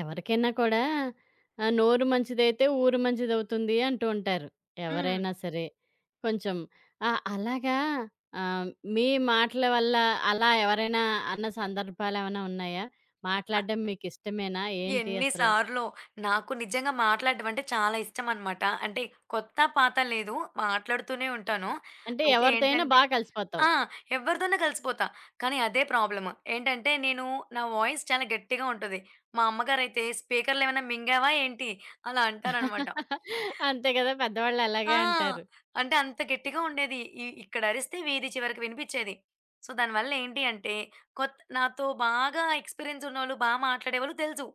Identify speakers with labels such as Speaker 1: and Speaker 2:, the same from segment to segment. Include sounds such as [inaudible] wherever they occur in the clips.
Speaker 1: ఎవరికైనా కూడా నోరు మంచిదైతే ఊరు మంచిదవుతుంది అంటూ ఉంటారు.
Speaker 2: హ్మ్.
Speaker 1: ఎవరైనా సరే. కొంచెం అలాగా ఆహ్, మీ మాటల వల్ల అలా ఎవరైనా అన్న సందర్భాలేమైనా ఉన్నాయా?
Speaker 2: ఆహ్,
Speaker 1: మాట్లాడడం మీకిష్టమేనా? ఏంటి
Speaker 2: ఎన్ని
Speaker 1: అసల?
Speaker 2: సార్లో నాకు నిజంగా మాట్లాడడం అంటే చాలా ఇష్టం అనమాట. అంటే కొత్త, పాత లేదు మాట్లాడుతూనే ఉంటాను.
Speaker 1: అంటే
Speaker 2: అయితే
Speaker 1: ఎవరితో అయినా
Speaker 2: ఏంటంటే
Speaker 1: బా కలిసిపోతావు.
Speaker 2: ఆ! ఎవరితోనా కలిసిపోతా. కానీ అదే ప్రాబ్లమ్. ఏంటంటే నేను నా వాయిస్ చాలా గట్టిగా ఉంటది. మా అమ్మగారైతే "స్పీకర్‌లో ఏమైనా మింగావా ఏంటి?" అలా అంటారనమాట.
Speaker 1: [laughs] అంతే కదా! పెద్దవాళ్ళు
Speaker 2: ఆ!
Speaker 1: అలాగే అంటారు.
Speaker 2: అంటే అంత గట్టిగా ఉండేది. ఇక్కడ అరిస్తే వీధి చివరికి వినిపిచ్చేది. సో, దానివల్ల ఏంటి అంటే కొత్ నాతో బాగా ఎక్స్‌పీరియన్స్ ఉన్నోళ్ళు, బా మాట్లాడేవాళ్ళు తెలుసు.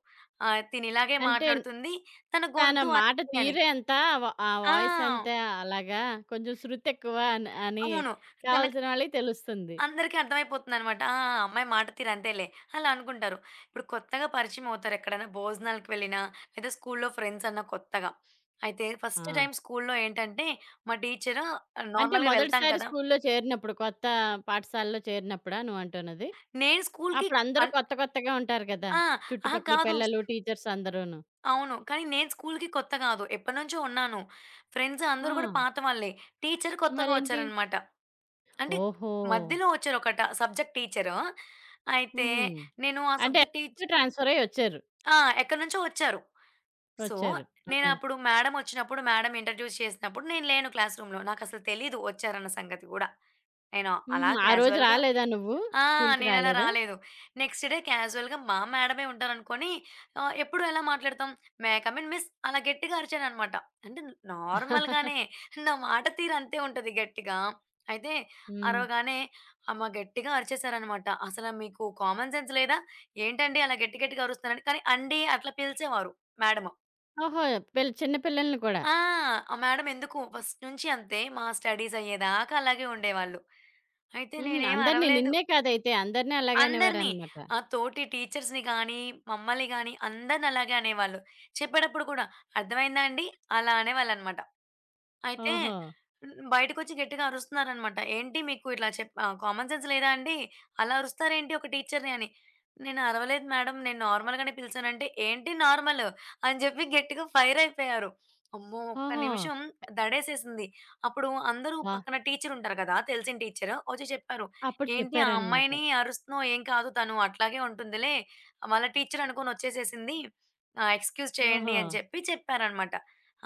Speaker 2: తినిలాగే
Speaker 1: అంటే
Speaker 2: మాట్లాడుతుంది. తన
Speaker 1: తన
Speaker 2: గొంతు
Speaker 1: మాట
Speaker 2: అంతే అని.
Speaker 1: తీరే అంత వ ఆ వాయిస్
Speaker 2: ఆ!
Speaker 1: అంతే. అలాగా కొంచెం శృతెక్కువ అని అని
Speaker 2: అవును. తనకి
Speaker 1: కావాల్సిన వాళ్ళకి తెలుస్తుంది.
Speaker 2: అందరికీ అర్థమైపోతుందనమాట. ఆ! ఆ అమ్మాయి మాట తీరు అంతేలే అలా అనుకుంటారు. ఇప్పుడు కొత్తగా పరిచయం అవుతారు. ఎక్కడైనా భోజనాలకు వెళ్ళినా, లేదా స్కూల్‌లో ఫ్రెండ్స్ అన్నా కొత్తగా. అయితే ఫస్ట్
Speaker 1: ఆ!
Speaker 2: టైమ్ స్కూల్‌లో ఏంటంటే మా టీచరు
Speaker 1: అంటే
Speaker 2: నార్మల్‌గా వెళ్తాం
Speaker 1: మొదటిసారి
Speaker 2: కదా!
Speaker 1: స్కూల్లో చేరినప్పుడు, కొత్త పాఠశాలలో చేరినప్పుడా నువ్వంటున్నది?
Speaker 2: నేను స్కూలుకి
Speaker 1: అప్పుడు అందరూ
Speaker 2: అన్
Speaker 1: కొత్త కొత్తగా ఉంటారు కదా!
Speaker 2: ఆ! అహా!
Speaker 1: చుట్టుపక్కల
Speaker 2: కాదు.
Speaker 1: పిల్లలు, టీచర్స్ అందరూను.
Speaker 2: అవును. కానీ నేను స్కూలుకి కొత్త కాదు. ఎప్పటినుంచో ఉన్నాను. ఫ్రెండ్స్
Speaker 1: ఆ!
Speaker 2: అందరూ కూడా పాత వాళ్ళే. టీచర్ కొత్తగా
Speaker 1: మరేంటి?
Speaker 2: వచ్చారనమాట. అంటే
Speaker 1: ఓహో!
Speaker 2: మధ్యలో వచ్చారు ఒకట సబ్జెక్ట్ టీచరు. అయితే
Speaker 1: హుహు.
Speaker 2: నేను ఆ
Speaker 1: అంటే
Speaker 2: సబ్జెక్ట్ టీచ్
Speaker 1: ట్రాన్స్‌ఫర్ అయ్యి వచ్చారు.
Speaker 2: ఆ! ఎక్కడినుంచో వచ్చారు. సో,
Speaker 1: వచ్చారు. ఆ!
Speaker 2: నేనప్పుడు మేడమ్ వచ్చినప్పుడు మేడమ్ ఇంట్రొడ్యూస్ చేసినప్పుడు నేను లేను క్లాస్ రూమ్‌లో. నాకసలు తెలీదు వచ్చారన్న సంగతి గూడా. నేను అలా
Speaker 1: హుహు. ఆ రోజు
Speaker 2: క్యాజువల్‌గా
Speaker 1: రాలేదా నువ్వు?
Speaker 2: ఆ!
Speaker 1: స్కూలుకి
Speaker 2: నేనలా
Speaker 1: రాలేదా?
Speaker 2: రాలేదు. నెక్స్ట్ డే క్యాజుయల్‌గా మా మేడమే ఉంటారనుకోని ఎప్పుడు ఎలా మాట్లాడతాం, may I come in miss అలా గట్టిగా అరిచాననమాట. అంటే నార్మల్‌గానే
Speaker 1: [laughs]
Speaker 2: నా మాట తీరు అంతే ఉంటది గట్టిగా. అయితే
Speaker 1: హ్మ్.
Speaker 2: అరవగానే అమ్మ గట్టిగా అరిచేసారనమాట. "అసల మీకు కామన్ సెన్స్ లేదా? ఏంటండి అలా గట్టి గట్టిగా అరుస్తున్నారని" కానీ అండి అట్లా పిలిచేవారు మేడము.
Speaker 1: ఓహో! చిన్న పిల్లల్ని కూడా.
Speaker 2: ఆ! ఆ మేడం ఎందుకో ఫస్ట్ నుంచి అంతే మా స్టడీస్ అయ్యేదాకా అలాగే ఉండేవాళ్ళు. అయితే
Speaker 1: హుహు.
Speaker 2: నేనేం
Speaker 1: అందరిని
Speaker 2: అరవలేదు.
Speaker 1: నిన్నే కాదైతే అందరిని అలాగే
Speaker 2: అందరిని.
Speaker 1: అనేవారనమాట.
Speaker 2: ఆ తోటి టీచర్స్‌ని గానీ, మమ్మల్ని గానీ అందరిని అలాగే అనేవాళ్ళు. చెప్పేటప్పుడు కూడా అర్థమైందా అండి? అలా అనేవాళ్ళనమాట. అయితే
Speaker 1: ఓహో!
Speaker 2: హ్మ్. బయటకొచ్చి గట్టిగా అరుస్తున్నారనమాట. "ఏంటి మీకు ఇట్లా చెప్ కామన్ సెన్స్ లేదా అండి? అలా అరుస్తారేంటి ఒక టీచర్‌ని" అని. "నేను అరవలేదు మేడం. నేను నార్మల్‌గానే పిలిచానంటే" "ఏంటి నార్మల్" అని చెప్పి గట్టిగా ఫైర్ అయిపోయారు. అమ్మో! ఒక్క
Speaker 1: ఓహో!
Speaker 2: నిమిషం దడేసేసింది. అప్పుడు అందరూ
Speaker 1: వా!
Speaker 2: పక్కన టీచర్ ఉంటారు కదా! తెలిసిన టీచర్ వచ్చి చెప్పారు.
Speaker 1: అప్పుడు
Speaker 2: "ఏంటి ఆ
Speaker 1: చెప్పారనమాట.
Speaker 2: అమ్మాయిని అరుస్తున్నావు? ఏం కాదు తను అట్లాగే ఉంటుందిలే. వాళ్ళ టీచర్ అనుకోని వచ్చేసేసింది. ఎక్స్‌క్యూజ్ చేయండి"
Speaker 1: ఓహో!
Speaker 2: అని చెప్పి చెప్పారనమాట.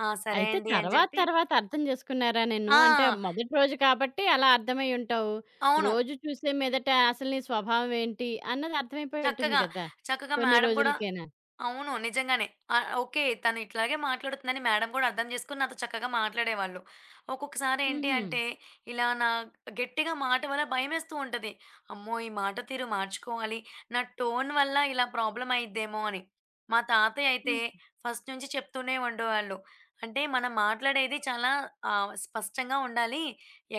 Speaker 2: ఆ! సరే
Speaker 1: అయితే
Speaker 2: అండి అని
Speaker 1: తర్వాత
Speaker 2: చెప్పి
Speaker 1: తర్వాత అర్థం చేసుకున్నారా నిన్ను? అంటే
Speaker 2: ఆ!
Speaker 1: మొదటి రోజు కాబట్టి అలా అర్థమై ఉంటావు.
Speaker 2: అవును.
Speaker 1: రోజు చూసే మీదట అసలు నీ స్వభావం ఏంటి అన్నది అర్థమైపోయి ఉంటుంది
Speaker 2: చక్కగా,
Speaker 1: కదా!
Speaker 2: చక్కగా
Speaker 1: కొన్ని
Speaker 2: మేడమ్ గూడా
Speaker 1: రోజులకేనా?
Speaker 2: అవును. నిజంగానే. ఓకే. తను ఇట్లాగే మాట్లాడుతుందని మేడం గూడా అర్థం జేసుకొని నాతో చక్కగా మాట్లాడేవాళ్ళు. ఒక్కొక్కసారి ఏంటి
Speaker 1: హుహు.
Speaker 2: అంటే, ఇలా నా గట్టిగా మాట వల్ల భయమేస్తూ ఉంటది. అమ్మో! ఈ మాట తీరు మార్చుకోవాలి. నా టోన్ వల్ల ఇలా ప్రాబ్లమ్ అయిద్దేమో అని. మా తాతయ్య అయితే
Speaker 1: హ్మ్.
Speaker 2: ఫస్ట్ నుంచి చెప్తూనే ఉండేవాళ్ళు. అంటే మనం మాట్లాడేది చాలా స్పష్టంగా ఉండాలి.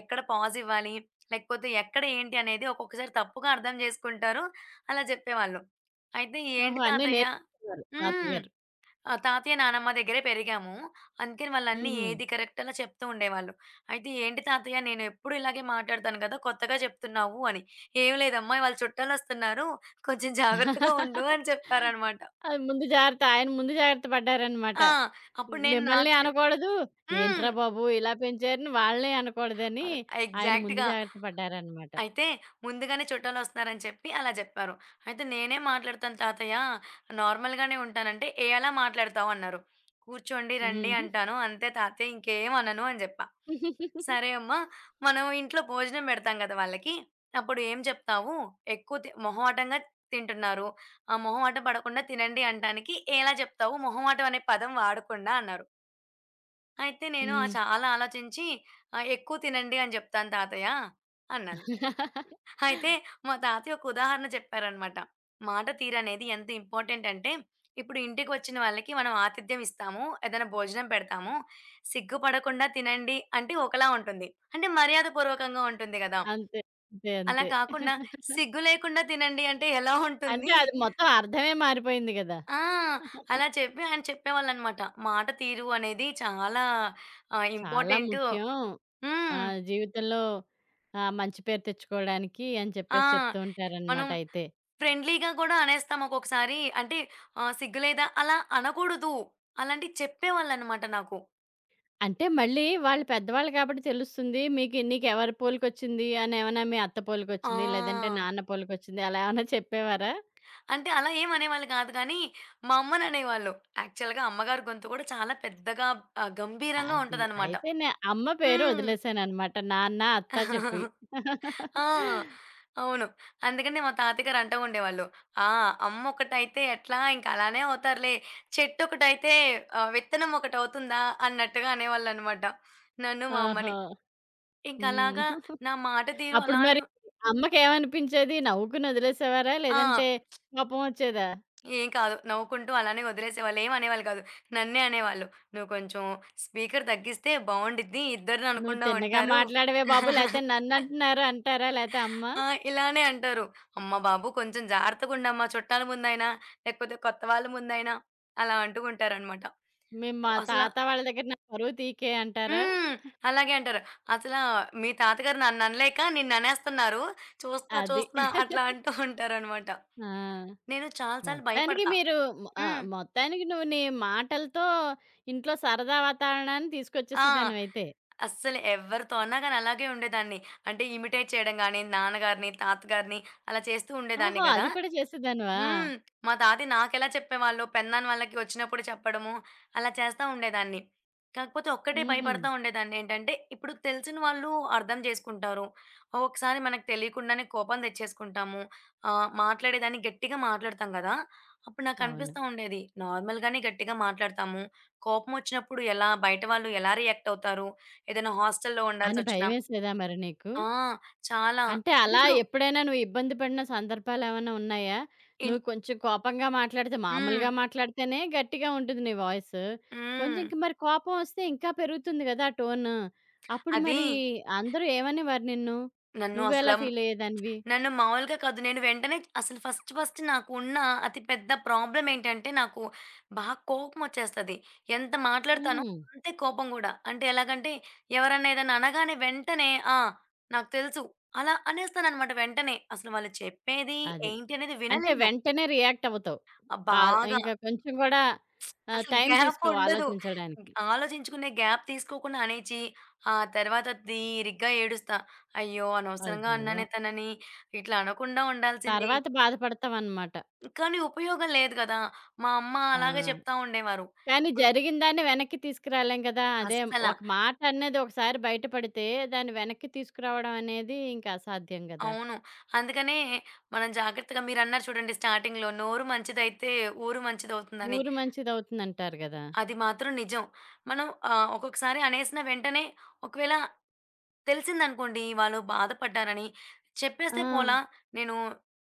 Speaker 2: ఎక్కడ పాజ్ ఇవ్వాలి, లేకపోతే ఎక్కడ ఏంటి అనేది ఒక్కొక్కసారి తప్పుగా అర్థం జేసుకుంటారు. అలా జెప్పేవాళ్ళు. అయితే
Speaker 1: ఓహో!
Speaker 2: ఏంటి
Speaker 1: అన్నీ
Speaker 2: తాతయ్య
Speaker 1: నేర్చుకున్నారు
Speaker 2: హ్మ్.
Speaker 1: తాతగారు.
Speaker 2: ఆ! తాతయ్య, నానమ్మ దగ్గరే పెరిగాము. అందుకని వాళ్ళన్నీ
Speaker 1: హుహు.
Speaker 2: ఏది కరెక్ట్ అలా చెప్తూ ఉండేవాళ్ళు. అయితే "ఏంటి తాతయ్య నేనెప్పుడు ఇలాగే మాట్లాడతాను కదా! కొత్తగా చెప్తున్నావు" అని. "ఏం లేదమ్మా ఇవాళ చుట్టాలొస్తున్నారు. కొంచెం జాగ్రత్తగా ఉండు" అని చెప్పారనమాట.
Speaker 1: అది ముందు జాగ్రత్త. ఆయన ముందు జాగ్రత్త పడ్డారనమాట.
Speaker 2: ఆ! అప్పుడు నేను
Speaker 1: మిమ్మల్ని
Speaker 2: నాకు
Speaker 1: అనకూడదు.
Speaker 2: హ్మ్.
Speaker 1: ఏంట్రా బాబు! ఇలా పెంచారని వాళ్ళని అనకూడదని
Speaker 2: ఆహ్,
Speaker 1: ఆయన ముందు
Speaker 2: ఎగ్జాక్ట్‌గా.
Speaker 1: జాగ్రత్త పడ్డారనమాట.
Speaker 2: అయితే ముందుగానే చుట్టాలొస్తున్నారని చెప్పి అలా జెప్పారు. అయితే నేనే మాట్లాడతాను తాతయ్య నార్మల్‌గానే ఉంటానంటే, "ఏ అలా మాట్లాడతావు?" అన్నారు. "కూర్చోండి, రండి"
Speaker 1: హ్మ్.
Speaker 2: అంటాను. "అంతే తాతయ్య ఇంకేం అనను" అని జెప్పా.
Speaker 1: హ్మ్. [laughs]
Speaker 2: "సరే అమ్మా మనం ఇంట్లో భోజనం బెడతాం గదా! వాళ్ళకి. అప్పుడు ఏం జెప్తావు? ఎక్కువ తి మొహమాటంగా తింటున్నారు. ఆ మొహమాట పడకుండా తినండి అనటానికి ఎలా జెప్తావు? మొహమాటం అనే పదం వాడకుండా" అన్నారు. అయితే నేను చాలా ఆలోచించి "ఎక్కువ తినండి అని జెప్తాను తాతయ్య" అన్నాను.
Speaker 1: [laughs]
Speaker 2: అయితే మా తాతయ్య ఒక ఉదాహరణ చెప్పారనమాట. మాట తీరనేది ఎంత ఇంపార్టెంట్ అంటే, ఇప్పుడు ఇంటికి వచ్చిన వాళ్ళకి మనం ఆతిథ్యం ఇస్తాము. ఏదైనా భోజనం పెడతాము. సిగ్గుపడకుండా తినండి అంటే ఒకలా ఉంటుంది. అంటే మర్యాదపూర్వకంగా ఉంటుంది గదా!
Speaker 1: అంతే. అంతే.
Speaker 2: అలా
Speaker 1: అంతే.
Speaker 2: కాకుండా సిగ్గు లేకుండా తినండి అంటే ఎలా
Speaker 1: అంటే
Speaker 2: ఉంటుంది?
Speaker 1: అది మొత్తం అర్థమే మారిపోయింది గదా!
Speaker 2: ఆ! అలా చెప్పి ఆయన చెప్పేవాళ్ళనమాట. మాట తీరు అనేది చాలా
Speaker 1: చాలా
Speaker 2: ఇంపార్టెంటు.
Speaker 1: ముఖ్యం.
Speaker 2: హ్మ్.
Speaker 1: జీవితంలో మంచి పేరు తెచ్చుకోవడానికి అని
Speaker 2: ఆ!
Speaker 1: చెప్పేసి చెప్తూ
Speaker 2: మనం
Speaker 1: ఉంటారనమాట అయితే.
Speaker 2: ఫ్రెండ్లీగా కూడా అనేస్తాం ఒక్కొక్కసారి. అంటే సిగ్గులేదా అలా అనకూడదు. అలాంటివి చెప్పేవాళ్ళనమాట నాకు.
Speaker 1: అంటే మళ్ళీ వాళ్ళు పెద్దవాళ్ళు కాబట్టి తెలుస్తుంది. మీకు నీకెవరి పోలికొచ్చింది అని ఏమన్నా మీ అత్త పోలికొచ్చింది, లేదంటే
Speaker 2: ఆ!
Speaker 1: నాన్న పోలికొచ్చింది అలా ఏమన్నా చెప్పేవారా?
Speaker 2: అంటే అలా ఏం అనేవాళ్ళు కాదు కానీ, మా అమ్మననేవాళ్ళు. యాక్చువల్‌గా అమ్మగారి గొంతు కూడా చాలా పెద్దగా గంభీరంగా
Speaker 1: అది.
Speaker 2: ఉంటదనమాట.
Speaker 1: అయితే అమ్మ పేరు
Speaker 2: హ్మ్.
Speaker 1: వదిలేసాననమాట. నాన్న, అత్త చెప్పి.
Speaker 2: [laughs] ఆ!
Speaker 1: [laughs]
Speaker 2: అవును. అందుకనే మా తాతయ్య గారు అంటూ ఉండేవాళ్ళు. "ఆ! అమ్మొకటైతే ఎట్లా ఇంక అలానే అవుతారులే. చెట్టొకటైతే విత్తనం ఒకటవుతుందా?" అన్నట్టుగా అనేవాళ్ళనమాట. నన్ను, మా
Speaker 1: ఓహో!
Speaker 2: అమ్మని. ఇంకలాగా
Speaker 1: హ్మ్.
Speaker 2: నా మాట తీరు
Speaker 1: అప్పుడు
Speaker 2: అలానే
Speaker 1: మరి అమ్మకేమనిపించేది? నవ్వుకునొదిలేసేవారా?
Speaker 2: ఆ!
Speaker 1: లేదంటే కోపం ఒచ్చేదా?
Speaker 2: ఏం కాదు. నవ్వుకుంటూ అలానే వదిలేసేవాళ్ళు. ఏం అనేవాళ్ళు కాదు. నన్నే అనేవాళ్ళు. "నువ్వు కొంచెం స్పీకర్ తగ్గిస్తే బావుండిద్ది. ఇద్దరిని
Speaker 1: "నువ్వు
Speaker 2: అనకుండా
Speaker 1: తిన్నగా
Speaker 2: ఉంటారు."
Speaker 1: మాట్లాడవే బాబు! లేతే
Speaker 2: [laughs]
Speaker 1: నన్నంటున్నారు" అంటారా? లేతే అమ్మ,
Speaker 2: ఆ! ఇలానే అంటారు. అమ్మ బాబు! కొంచెం జాగ్రత్తగుండమ్మా చుట్టాల ముందైనా, లేకపోతే కొత్త వాళ్ళ ముందైనా అలా అంటూ ఉంటారనమాట.
Speaker 1: "మేము మా
Speaker 2: అసల
Speaker 1: తాత వాళ్ళ దగ్గర నా పరువు తీకే" అంటారా?
Speaker 2: హ్మ్. అలాగే అంటారు. "అసలా మీ తాతగారు నన్ననలేక నిన్ననేస్తన్నారు. చూస్తున్నా,
Speaker 1: అది.
Speaker 2: చూస్తున్నా" అట్లా అంటూ ఉంటారనమాట.
Speaker 1: ఆ!
Speaker 2: నేను చాలా సార్లు
Speaker 1: మొత్తానికి
Speaker 2: భయపడతా.
Speaker 1: మీరు
Speaker 2: హ్మ్.
Speaker 1: మొత్తానికి నువ్వు నీ మాటలతో ఇంట్లో సరదా వాతావరణాన్ని
Speaker 2: ఆ!
Speaker 1: తీసుకొచ్చేసేదానివయితే.
Speaker 2: అస్సలు ఎవరితో అన్నా గాని అలాగే ఉండేదాన్ని. అంటే ఇమిటేట్ చేయడం గాని, నాన్నగారిని, తాతగారిని అలా చేస్తూ ఉండేదాన్ని
Speaker 1: ఓహో!
Speaker 2: గదా!
Speaker 1: అది కూడా చేసేదానివా?
Speaker 2: హ్మ్. మా తాతయ్య నాకెలా చెప్పేవాళ్ళో, పెదనాన్న వాళ్ళకి వచ్చినప్పుడు చెప్పడము, అలా చేస్తా ఉండేదాన్ని. కాకపోతే ఒక్కటే
Speaker 1: హుహు.
Speaker 2: భయపడతా ఉండేదాన్ని. ఏంటంటే, ఇప్పుడు తెలిసిన వాళ్ళు అర్థం చేసుకుంటారు. ఒకసారి మనకు తెలియకుండానే కోపం తెచ్చేసుకుంటాము. మాట్లాడేదాన్ని గట్టిగా మాట్లాడతాం గదా! అప్పుడు
Speaker 1: అవును.
Speaker 2: నాకనిపిస్తా ఉండేది. నార్మల్‌గానే గట్టిగా మాట్లాడతాము. కోపం వచ్చినప్పుడు ఎలా బయట వాళ్ళు ఎలా రియాక్ట్ అవుతారు? ఏదైనా హాస్టల్‌లో
Speaker 1: అని
Speaker 2: ఉండాల్సొచ్చినా
Speaker 1: భయమేసేదా మరి నీకు?
Speaker 2: ఆ! చాలా.
Speaker 1: అంటే అలా
Speaker 2: ఇప్పుడు
Speaker 1: ఎప్పుడైనా నువ్వు ఇబ్బంది పడిన సందర్భాలేమన్నా ఉన్నాయా?
Speaker 2: ఇన్
Speaker 1: నువ్వు కొంచెం కోపంగా మాట్లాడితే
Speaker 2: హ్మ్.
Speaker 1: మామూలుగా మాట్లాడితేనే గట్టిగా ఉంటుంది నీ వాయిస్. కొంచెం
Speaker 2: హ్మ్.
Speaker 1: ఇంక మరి కోపం వస్తే ఇంకా పెరుగుతుంది గదా! ఆ టోన్. అప్పుడు
Speaker 2: అది
Speaker 1: మరి అందరూ ఏమనేవారు నిన్ను?
Speaker 2: నన్ను
Speaker 1: నువ్వెలా
Speaker 2: అసల
Speaker 1: ఫీల్ అయ్యేదానివి?
Speaker 2: మామూలుగా కాదు. నేను వెంటనే అసలు ఫస్ట్ ఫస్ట్ నాకున్న అతి పెద్ద ప్రాబ్లమ్ ఏంటంటే నాకు బాగా కోపమొచ్చేస్తది. ఎంత మాట్లాడతానో
Speaker 1: హుహు.
Speaker 2: అంతే కోపం గూడా. అంటే ఎలాగంటే ఎవరన్నా ఏదన్నా అనగానే వెంటనే ఆ! నాకు తెలుసు. అలా అనేస్తాననమాట వెంటనే. అసలు వాళ్ళు చెప్పేది
Speaker 1: అది.
Speaker 2: ఏంటి అనేది
Speaker 1: అంటే
Speaker 2: వినలేను.
Speaker 1: వెంటనే రియాక్ట్ అవుతావు.
Speaker 2: ఆ! బాగా
Speaker 1: ఇంకా కొంచెం గూడా
Speaker 2: అసలు
Speaker 1: టైం
Speaker 2: గ్యాప్
Speaker 1: తీసుకోవు
Speaker 2: ఉండదు.
Speaker 1: ఆలోచించడానికి.
Speaker 2: ఆలోచించుకునే గ్యాప్ తీసుకోకుండా అనేచి ఆ తర్వాత తీరిగ్గా ఏడుస్తా. అయ్యో! అనవసరంగా
Speaker 1: అయ్యో!
Speaker 2: అన్నానే తనని. ఇట్లా అనకుండా ఉండాల్సింది.
Speaker 1: తర్వాత బాధపడతావనమాట.
Speaker 2: కానీ ఉపయోగం లేదు గదా! మా అమ్మ
Speaker 1: ఆ!
Speaker 2: అలాగే చెప్తా ఉండేవారు.
Speaker 1: కానీ
Speaker 2: ఇప్పుడు
Speaker 1: జరిగిన దాన్ని వెనక్కి తీసుకురాలేం కదా! అదే
Speaker 2: అస్సల.
Speaker 1: ఒక మాట అనేది ఒకసారి బయటపడితే దాన్ని వెనక్కి తీసుకురావడం అనేది ఇంక అసాధ్యం గదా!
Speaker 2: అవును. అందుకనే మనం జాగ్రత్తగా మీరన్నారు చూడండి స్టార్టింగ్‌లో నోరు మంచిదైతే ఊరు మంచిదవుతుందని.
Speaker 1: ఊరు మంచిదవుతుందంటారు గదా!
Speaker 2: అది మాత్రం నిజం. మనం ఒక్కొక్కసారి అనేసిన వెంటనే ఒకవేళ తెలిసిందనుకోండి వాళ్ళు బాధపడ్డారని,
Speaker 1: ఆ!
Speaker 2: చెప్పేస్తే పోలా "నేను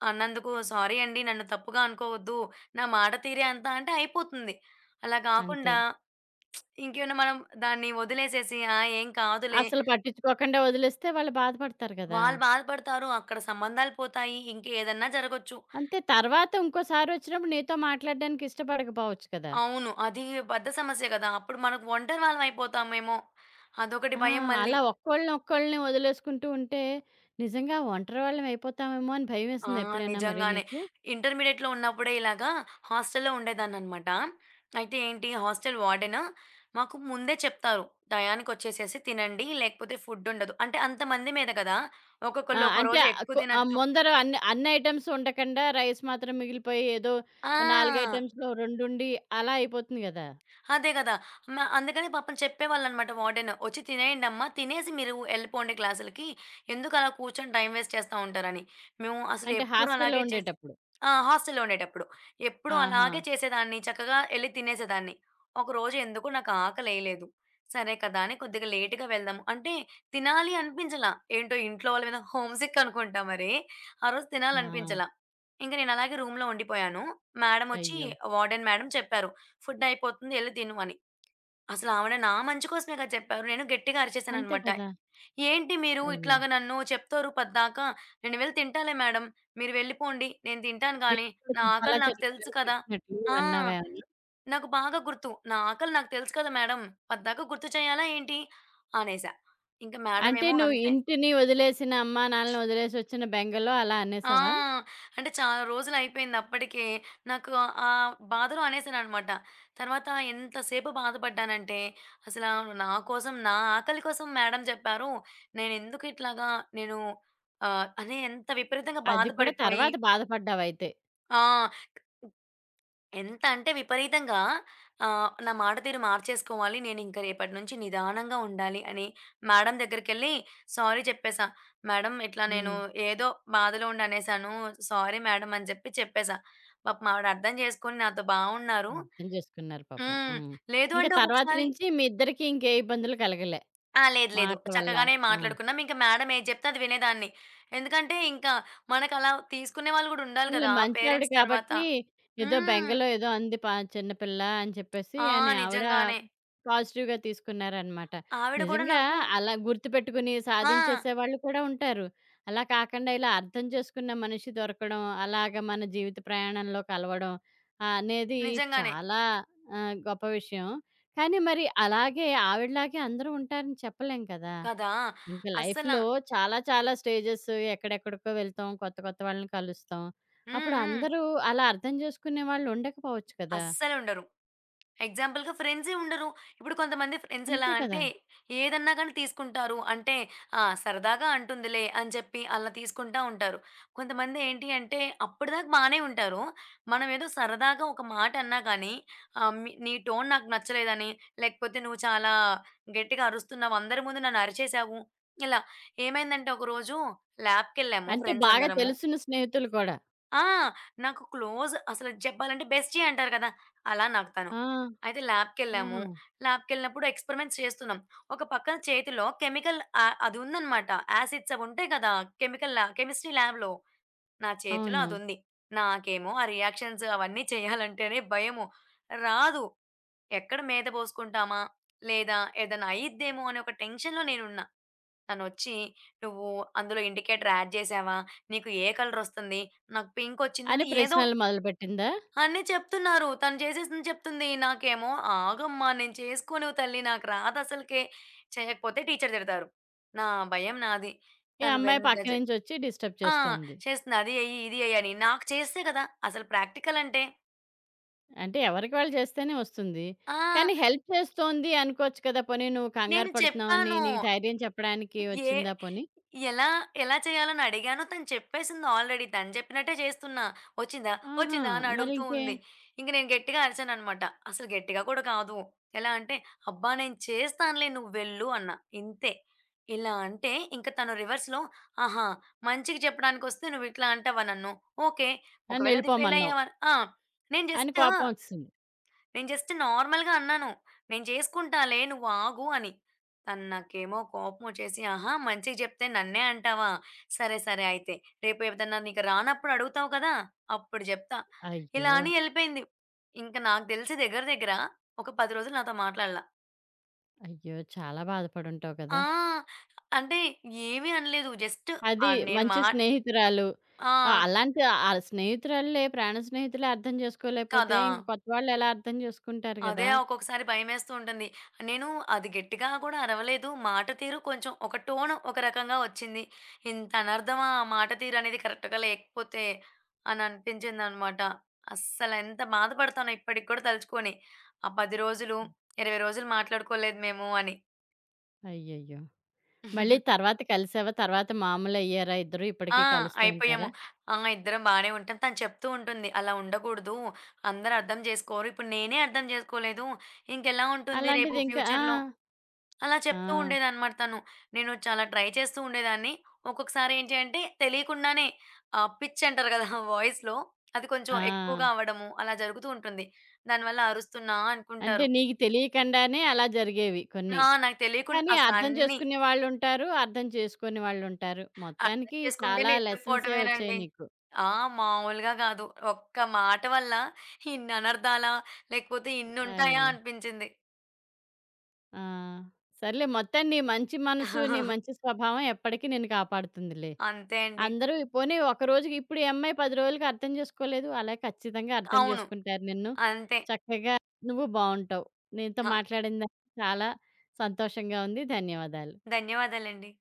Speaker 2: అన్నందుకు సారీ అండి. నన్ను తప్పుగా అనుకోవద్దు. నా మాట తీరే అంత" అంటే అయిపోతుంది. అలా
Speaker 1: అంతే.
Speaker 2: గాకుండా ఇంకేమైనా మనం దాన్ని వదిలేసేసి "ఆ! ఏం కాదులే"
Speaker 1: అసలు పట్టించుకోకుండా వదిలేస్తే వాళ్ళు బాధపడతారు గదా!
Speaker 2: వాళ్ళు బాధపడతారు. అక్కడ సంబంధాలు పోతాయి. ఇంకేదన్నా జరగొచ్చు.
Speaker 1: అంతే తర్వాత ఇంకోసారొచ్చినప్పుడు నీతో మాట్లాడడానికి ఇష్టపడకపోవచ్చు కదా!
Speaker 2: అవును. అది పెద్ద సమస్య గదా! అప్పుడు మనకు ఒంటరివాళ్ళం అయిపోతామేమో! అదొకటి
Speaker 1: ఆ!
Speaker 2: భయం మళ్ళీ.
Speaker 1: అలా ఒక్కోళ్ళని ఒక్కోళ్ళని వదిలేసుకుంటూ ఉంటే నిజంగా ఒంటరి వాళ్ళం అయిపోతామేమో అని
Speaker 2: ఆ!
Speaker 1: భయమేసిందా ఎప్పుడైనా మరి
Speaker 2: నిజంగానే.
Speaker 1: నీకు?
Speaker 2: ఇంటర్మీడియేట్‌లో ఉన్నప్పుడే ఇలాగా హాస్టల్‌లో ఉండేదాన్ననమాట. అయితే ఏంటి హాస్టల్ వార్డెన్ మాకు ముందే చెప్తారు. టయానికొచ్చేసేసి తినండి. లేకపోతే ఫుడ్ ఉండదు. అంటే అంతమంది మీద గదా!
Speaker 1: ఆ!
Speaker 2: ఒక్కొక్కళ్ళు ఒక
Speaker 1: అంటే
Speaker 2: రోజు ఎక్కువ
Speaker 1: కొ ఆ!
Speaker 2: తినొచ్చు.
Speaker 1: ముందర అన్ని అన్ని ఐటెమ్స్ ఉండకుండా రైస్ మాత్రం మిగిలిపోయి ఏదో 4
Speaker 2: ఆ!
Speaker 1: ఐటెమ్స్‌లో 2 ఉండి అలా అయిపోతుంది గదా!
Speaker 2: అదే గదా! మ అందుకని పాపం చెప్పేవాళ్ళనమాట వార్డెన్, "ఒచ్చి తినేయండమ్మా. తినేసి మీరు ఎళ్ళిపోండి క్లాసులకి. ఎందుకు అలా కూర్చొని టైం వేస్ట్ చేస్తా ఉంటారని." మేము అసలు
Speaker 1: అంటే
Speaker 2: ఎప్పుడు
Speaker 1: హాస్టల్‌లో
Speaker 2: అలాగే చేసి
Speaker 1: ఉండేటప్పుడు.
Speaker 2: ఆ! హాస్టల్‌లో ఉండేటప్పుడు. ఎప్పుడూ
Speaker 1: ఆహా!
Speaker 2: అలాగే చేసేదాన్ని. చక్కగా ఎళ్లి తినేసేదాన్ని. ఒకరోజు ఎందుకో నాకు ఆకలేయలేదు. సరే కదా! అని కొద్దిగా లేట్‌గా వెళ్దాం అంటే తినాలి అనిపించలా. ఏంటో ఇంట్లో వాళ్ళ మీద హోమ్ సిక్ అనుకుంటా మరి. ఆ రోజు
Speaker 1: ఆ!
Speaker 2: తినాలనిపించలా. ఇంక నేను అలాగే రూమ్‌లో ఉండిపోయాను. మేడమొచ్చి
Speaker 1: అయ్యో!
Speaker 2: వార్డెన్ మేడం చెప్పారు. ఫుడ్ అయిపోతుంది ఎళ్లి తిను అని. అసలు ఆవిడ నా మంచి కోసమే కదా చెప్పారు. నేను గట్టిగా
Speaker 1: అంతే
Speaker 2: అరిచేశాననమాట.
Speaker 1: కదా!
Speaker 2: ఏంటి మీరు
Speaker 1: అయ్యో!
Speaker 2: ఇట్లాగ నన్ను చెప్తారు పద్దాక, నేను వెళ్లి తింటాలే మేడం. మీరు వెళ్ళిపోండి. నేను తింటాను గానీ,
Speaker 1: దీన్ని కూడా
Speaker 2: నా
Speaker 1: చెప్పాలా
Speaker 2: ఆకలి నాకు తెలుసు
Speaker 1: చెరకలేదో
Speaker 2: కదా!
Speaker 1: చెప్పినట్లు
Speaker 2: ఆ!
Speaker 1: అన్నావా ఏమన్నా?
Speaker 2: నాకు బాగా గుర్తు. నా ఆకలి నాకు తెలుసు కదా మేడం. పద్దాక గుర్తు చేయాలా ఏంటి? అనేసా. ఇంక
Speaker 1: అంటే
Speaker 2: మేడమేమో
Speaker 1: నువ్వు
Speaker 2: అంతే
Speaker 1: ఇంటిని వదిలేసిన, అమ్మా నాన్నలని వదిలేసొచ్చిన బెంగలో అలా
Speaker 2: ఆ!
Speaker 1: అనేసావా?
Speaker 2: అంటే చాలా రోజులయిపోయింది అప్పటికే. నాకు ఆ బాధలో అనేసాననమాట. తర్వాత ఎంతసేపు బాధపడ్డానంటే, అసలా నా కోసం, నా ఆకలి కోసం మేడం చెప్పారు. నేనెందుకు ఇట్లాగా నేను అనే ఎంత విపరీతంగా
Speaker 1: అది కూడా
Speaker 2: బాధపడిపోయి
Speaker 1: తర్వాత బాధపడ్డావయితే.
Speaker 2: ఆ! ఎంత అంటే విపరీతంగా నా మాట తీరు మార్చేసుకోవాలి. నేనింక రేపటి నుంచి నిదానంగా ఉండాలి అని మేడం దగ్గరికెళ్ళి సారీ చెప్పేసా. మేడం ఇట్లా నేను
Speaker 1: హ్మ్.
Speaker 2: ఏదో బాధలో ఉండి అనేసాను. సారీ మేడం అని చెప్పి చెప్పేసా. పాపం ఆవిడ అర్థం చేసుకొని నాతో బావున్నారు.
Speaker 1: అర్థం చేసుకున్నారు పాపం.
Speaker 2: హ్మ్.
Speaker 1: హ్మ్.
Speaker 2: లేదు
Speaker 1: ఇంక
Speaker 2: అంటే
Speaker 1: తర్వాత
Speaker 2: ఒక్కొక్కసారి
Speaker 1: నుంచి మీ ఇద్దరికీ ఇంకే ఇబ్బందులు కలగలే.
Speaker 2: ఆ! లేదు. లేదు.
Speaker 1: మాటల వల్ల.
Speaker 2: చక్కగానే
Speaker 1: ఆ!
Speaker 2: మాట్లాడుకున్నాం. ఇంక మేడం ఏది చెప్తే అది వినేదాన్ని. ఎందుకంటే ఇంకా మనకలా తీసుకునే వాళ్ళు గూడా ఉండాలి
Speaker 1: పోన్లే
Speaker 2: కదా!
Speaker 1: మంచావిడ
Speaker 2: పేరెంట్స్ తర్వాత.
Speaker 1: కాబట్టి ఏదో
Speaker 2: హ్మ్.
Speaker 1: బెంగలో ఏదో అంది పా చిన్నపిల్ల అని చెప్పేసి
Speaker 2: ఆ!
Speaker 1: అని ఆవిడ
Speaker 2: నిజంగానే.
Speaker 1: పాజిటివ్‌గా తీసుకున్నారనమాట.
Speaker 2: ఆవిడ గూడా
Speaker 1: నిజంగా
Speaker 2: నాకు
Speaker 1: అలా గుర్తుపెట్టుకుని
Speaker 2: ఆ!
Speaker 1: సాధించేసే వాళ్ళు కూడా ఉంటారు. అలా కాకుండా ఇలా అర్థం చేసుకున్న మనిషి దొరకడం, అలాగ మన జీవిత ప్రయాణంలో కలవడం అనేది
Speaker 2: నిజంగానే.
Speaker 1: చాలా గొప్ప విషయం. కానీ మరి అలాగే ఆవిడలాగే అందరూ ఉంటారని చెప్పలేం కదా!
Speaker 2: కదా!
Speaker 1: ఇంకా
Speaker 2: అస్సల
Speaker 1: లైఫ్‌లో చాలా చాలా స్టేజెస్ ఎక్కడెక్కడికో వెళ్తాం. కొత్త కొత్త వాళ్ళని కలుస్తాం.
Speaker 2: హ్మ్.
Speaker 1: అప్పుడు
Speaker 2: హ్మ్.
Speaker 1: అందరూ అలా అర్థం చేసుకునే వాళ్ళు ఉండకపోవచ్చు కదా!
Speaker 2: అస్సలుండరు. ఎగ్జాంపుల్‌గా ఫ్రెండ్సే ఉండరు. ఇప్పుడు కొంతమంది ఫ్రెండ్స్ ఎలా
Speaker 1: అంతే కదా!
Speaker 2: అంటే, ఏదన్నా గాని తీసుకుంటారు. అంటే ఆ! సరదాగా అంటుందిలే అని చెప్పి అలా తీసుకుంటా ఉంటారు. కొంతమంది ఏంటి అంటే, అప్పటిదాకా బానే ఉంటారు. మనం ఏదో సరదాగా ఒక మాట అన్నా గానీ, మీ నీ టోన్ నాకు నచ్చలేదని, లేకపోతే నువ్వు చాలా గట్టిగా అరుస్తున్నావు. అందరి ముందు నన్ను అరిచేశావు. ఇలా ఏమైందంటే ఒకరోజు ల్యాబ్‌కెళ్ళాము
Speaker 1: అంటే
Speaker 2: ఫ్రెండ్స్
Speaker 1: బాగా
Speaker 2: అందరము.
Speaker 1: తెలిసిన స్నేహితులు కూడా.
Speaker 2: ఆ! నాకు క్లోజ్ అసలు చెప్పాలంటే బెస్టీ అంటారు కదా! అలా నాకు తను.
Speaker 1: ఆ!
Speaker 2: అయితే ల్యాబ్‌కెళ్ళాము.
Speaker 1: ఆహా!
Speaker 2: ల్యాబ్‌కెళ్ళినప్పుడు ఎక్స్‌పెరిమెంట్స్ చేస్తున్నాం. ఒక పక్కన చేతిలో కెమికల్ ఆ అది ఉందనమాట. యాసిడ్స్ అవి ఉంటాయి కదా! కెమికల్ ల్యాబ్ కెమిస్ట్రీ ల్యాబ్‌లో నా చేతిలో
Speaker 1: అవును.
Speaker 2: అదుంది. నాకేమో ఆ రియాక్షన్స్ అవన్నీ చేయాలంటేనే భయము. రాదు. ఎక్కడ మీద పోసుకుంటామా? లేదా ఏదైనా అయ్యిద్దేమో అనే ఒక టెన్షన్‌లో నేనున్న. తనొచ్చి "నువ్వు అందులో ఇండికేటర్ యాడ్ చేశావా? నీకు ఏ కలరొస్తుంది? నాకు పింకొచ్చింది"
Speaker 1: అని
Speaker 2: అని ఏదో
Speaker 1: ప్రశ్నలు మొదలుపెట్టిందా?
Speaker 2: అన్నీ చెప్తున్నారు. తను చేసేసింది చెప్తుంది. నాకేమో "ఆగమ్మా! నేను చేసుకోను తల్లి. నాకు రాదసలకే. చేయకపోతే టీచర్ తిడతారు." నా భయం నాది.
Speaker 1: ఈ
Speaker 2: తను
Speaker 1: అమ్మాయి
Speaker 2: ఎంత
Speaker 1: పక్క
Speaker 2: జె
Speaker 1: నుంచి వచ్చి డిస్టర్బ్
Speaker 2: ఆ!
Speaker 1: చేస్తోంది.
Speaker 2: చేస్తుంది. అది ఎయ్యి, ఇది ఎయ్యి అని. నాకు చేస్తే కదా! అసలు ప్రాక్టికల్ అంటే
Speaker 1: అంటే ఎవరికి వాళ్ళు చేస్తేనే వస్తుంది.
Speaker 2: ఆ!
Speaker 1: కానీ హెల్ప్ చేస్తోంది అనుకోవచ్చు కదా! పోనీ నువ్వు
Speaker 2: నేను
Speaker 1: కంగారు పడుతున్నావని
Speaker 2: చెప్పాను.
Speaker 1: నీకు ధైర్యం చెప్పడానికి
Speaker 2: ఏ
Speaker 1: వచ్చిందా పోనీ?
Speaker 2: ఎలా, ఎలా చేయాలని అడిగాను. తను చెప్పేసింది ఆల్రెడీ. తను చెప్పినట్టే చేస్తున్నా. "వచ్చిందా?
Speaker 1: ఆహా!
Speaker 2: వచ్చిందా?" అని అడుగుతూ
Speaker 1: మరింకే.
Speaker 2: ఉంది. ఇంక నేను గట్టిగా అరిచాననమాట. అసలు గట్టిగా కూడా కాదు. ఎలా అంటే, "అబ్బా! నేను చేస్తానులే నువ్వు వెళ్ళు" అన్నా. ఇంతే. ఇలా అంటే ఇంక తను రివర్స్‌లో, "ఆహా! మంచికి చెప్పడానికొస్తే నువ్వు ఇట్లా అంటావా నన్ను? ఓకే.
Speaker 1: నన్ను
Speaker 2: ఒకవేళ అది ఫెయిల్
Speaker 1: ఎళ్ళిపోమన్నావు
Speaker 2: అయ్యావా" ఆ! నేను
Speaker 1: అని
Speaker 2: జస్ట్
Speaker 1: కోపం వచ్చింది.
Speaker 2: నేను జస్ట్ నార్మల్‌గా అన్నాను. "నేను చేసుకుంటాలే నువ్వు ఆగు" అని. తను నాకేమో కోపమొచ్చేసి, "ఆహా! మంచిగా చెప్తే నన్నే అంటావా? సరే, సరే అయితే. రేపు ఏదన్నా నీకు రానప్పుడు అడుగుతావు కదా! అప్పుడు చెప్తా" ఇలా
Speaker 1: అయ్యో!
Speaker 2: అని ఎళ్ళిపోయింది. ఇంక నాకు తెలిసి దగ్గర దగ్గర ఒక 10 రోజులు నాతో మాట్లాడలా.
Speaker 1: అయ్యో! చాలా బాధపడుంటావు కదా!
Speaker 2: ఆ! అంటే ఏమీ అనలేదు. జస్ట్
Speaker 1: అది
Speaker 2: నేను మా
Speaker 1: మంచి స్నేహితురాలు.
Speaker 2: ఆ!
Speaker 1: అలాంటి ఆ స్నేహితురాళ్ళే ప్రాణ స్నేహితులే అర్థం చేసుకోలేకపోతే
Speaker 2: కదా!
Speaker 1: ఇంక కొత్త వాళ్ళెలా అర్థం చేసుకుంటారు
Speaker 2: అదే
Speaker 1: గదా!
Speaker 2: ఒక్కొక్కసారి భయమేస్తూ ఉంటుంది. నేను అది గట్టిగా కూడా అరవలేదు. మాట తీరు కొంచెం ఒక టోన్ ఒక రకంగా వచ్చింది. ఇంత అనర్థమా! ఆ మాట తీరు అనేది కరెక్ట్‌గా లేకపోతే అని అనిపించిందనమాట. అస్సలు ఎంత బాధపడతానో ఇప్పటికి కూడా తలుచుకొని. ఆ 10 రోజులు, 20 రోజులు మాట్లాడుకోలేదు మేము అని.
Speaker 1: అయ్యయ్యో! మళ్ళీ
Speaker 2: [laughs]
Speaker 1: తర్వాత కలిసావా? తర్వాత మామూలయ్యారా ఇద్దరు?
Speaker 2: ఆ!
Speaker 1: ఇప్పటికి కలుస్తూ
Speaker 2: అయిపోయాము.
Speaker 1: ఉంటారా?
Speaker 2: ఆ! ఇద్దరం బానే ఉంటాం. తను చెప్తూ ఉంటుంది. "అలా ఉండకూడదు. అందరూ అర్థం చేసుకోరు. ఇప్పుడు నేనే అర్థం చేసుకోలేదు. ఇంకెలా ఉంటుంది రేపు
Speaker 1: అలాంటిది ఇంకా ఆ!
Speaker 2: ఫ్యూచర్‌లో?" అలా చెప్తూ
Speaker 1: ఆ!
Speaker 2: ఉండేదనమాట తను. నేను చాలా ట్రై చేస్తూ ఉండేదాన్ని. ఒక్కొక్కసారి ఏంటి అంటే తెలియకుండానే పిచ్ అంటారు కదా! [laughs] వాయిస్‌లో అది కొంచెం
Speaker 1: ఆ!
Speaker 2: ఎక్కువగా అవ్వడము అలా జరుగుతూ ఉంటుంది. దానివల్ల అరుస్తున్నా
Speaker 1: అంటే
Speaker 2: అనుకుంటారు.
Speaker 1: నీకు తెలియకుండానే అలా జరిగేవి కొన్ని.
Speaker 2: ఆ! నాకు తెలియకుండా
Speaker 1: కానీ అర్థం
Speaker 2: అసలన్నీ
Speaker 1: చేసుకునే వాళ్ళుంటారు. అర్థం చేసుకోని వాళ్ళుంటారు.
Speaker 2: అర్థం
Speaker 1: మొత్తానికి
Speaker 2: చేసుకుంటే
Speaker 1: చాలా లెసన్సే వచ్చాయి
Speaker 2: నెట్టకుపోవటమేనండి.
Speaker 1: నీకు.
Speaker 2: ఆ! మామూలుగా కాదు. ఒక్క మాట వల్ల ఇన్ని అనర్థాలా? లేకపోతే ఇన్నుంటాయా?
Speaker 1: అయ్యో!
Speaker 2: అనిపించింది.
Speaker 1: ఆ! సర్లే మొత్తం నీ మంచి మనసు, నీ మంచి
Speaker 2: [laughs]
Speaker 1: స్వభావం ఎప్పటికీ నిన్ను కాపాడుతుందిలే.
Speaker 2: అంతే అండి.
Speaker 1: అందరూ ఈ పోనీ ఒకరోజుకి ఇప్పుడు ఈ అమ్మాయి 10 రోజులకి అర్థం చేసుకోలేదు. అలా ఖచ్చితంగా అర్థం
Speaker 2: అవును.
Speaker 1: చేసుకుంటారు నిన్ను.
Speaker 2: అంతే.
Speaker 1: చక్కగా నువ్వు బావుంటావు. నీతో
Speaker 2: ఆ!
Speaker 1: మాట్లాడిన దానికి చాలా సంతోషంగా ఉంది. ధన్యవాదాలు.
Speaker 2: ధన్యవాదాలండి.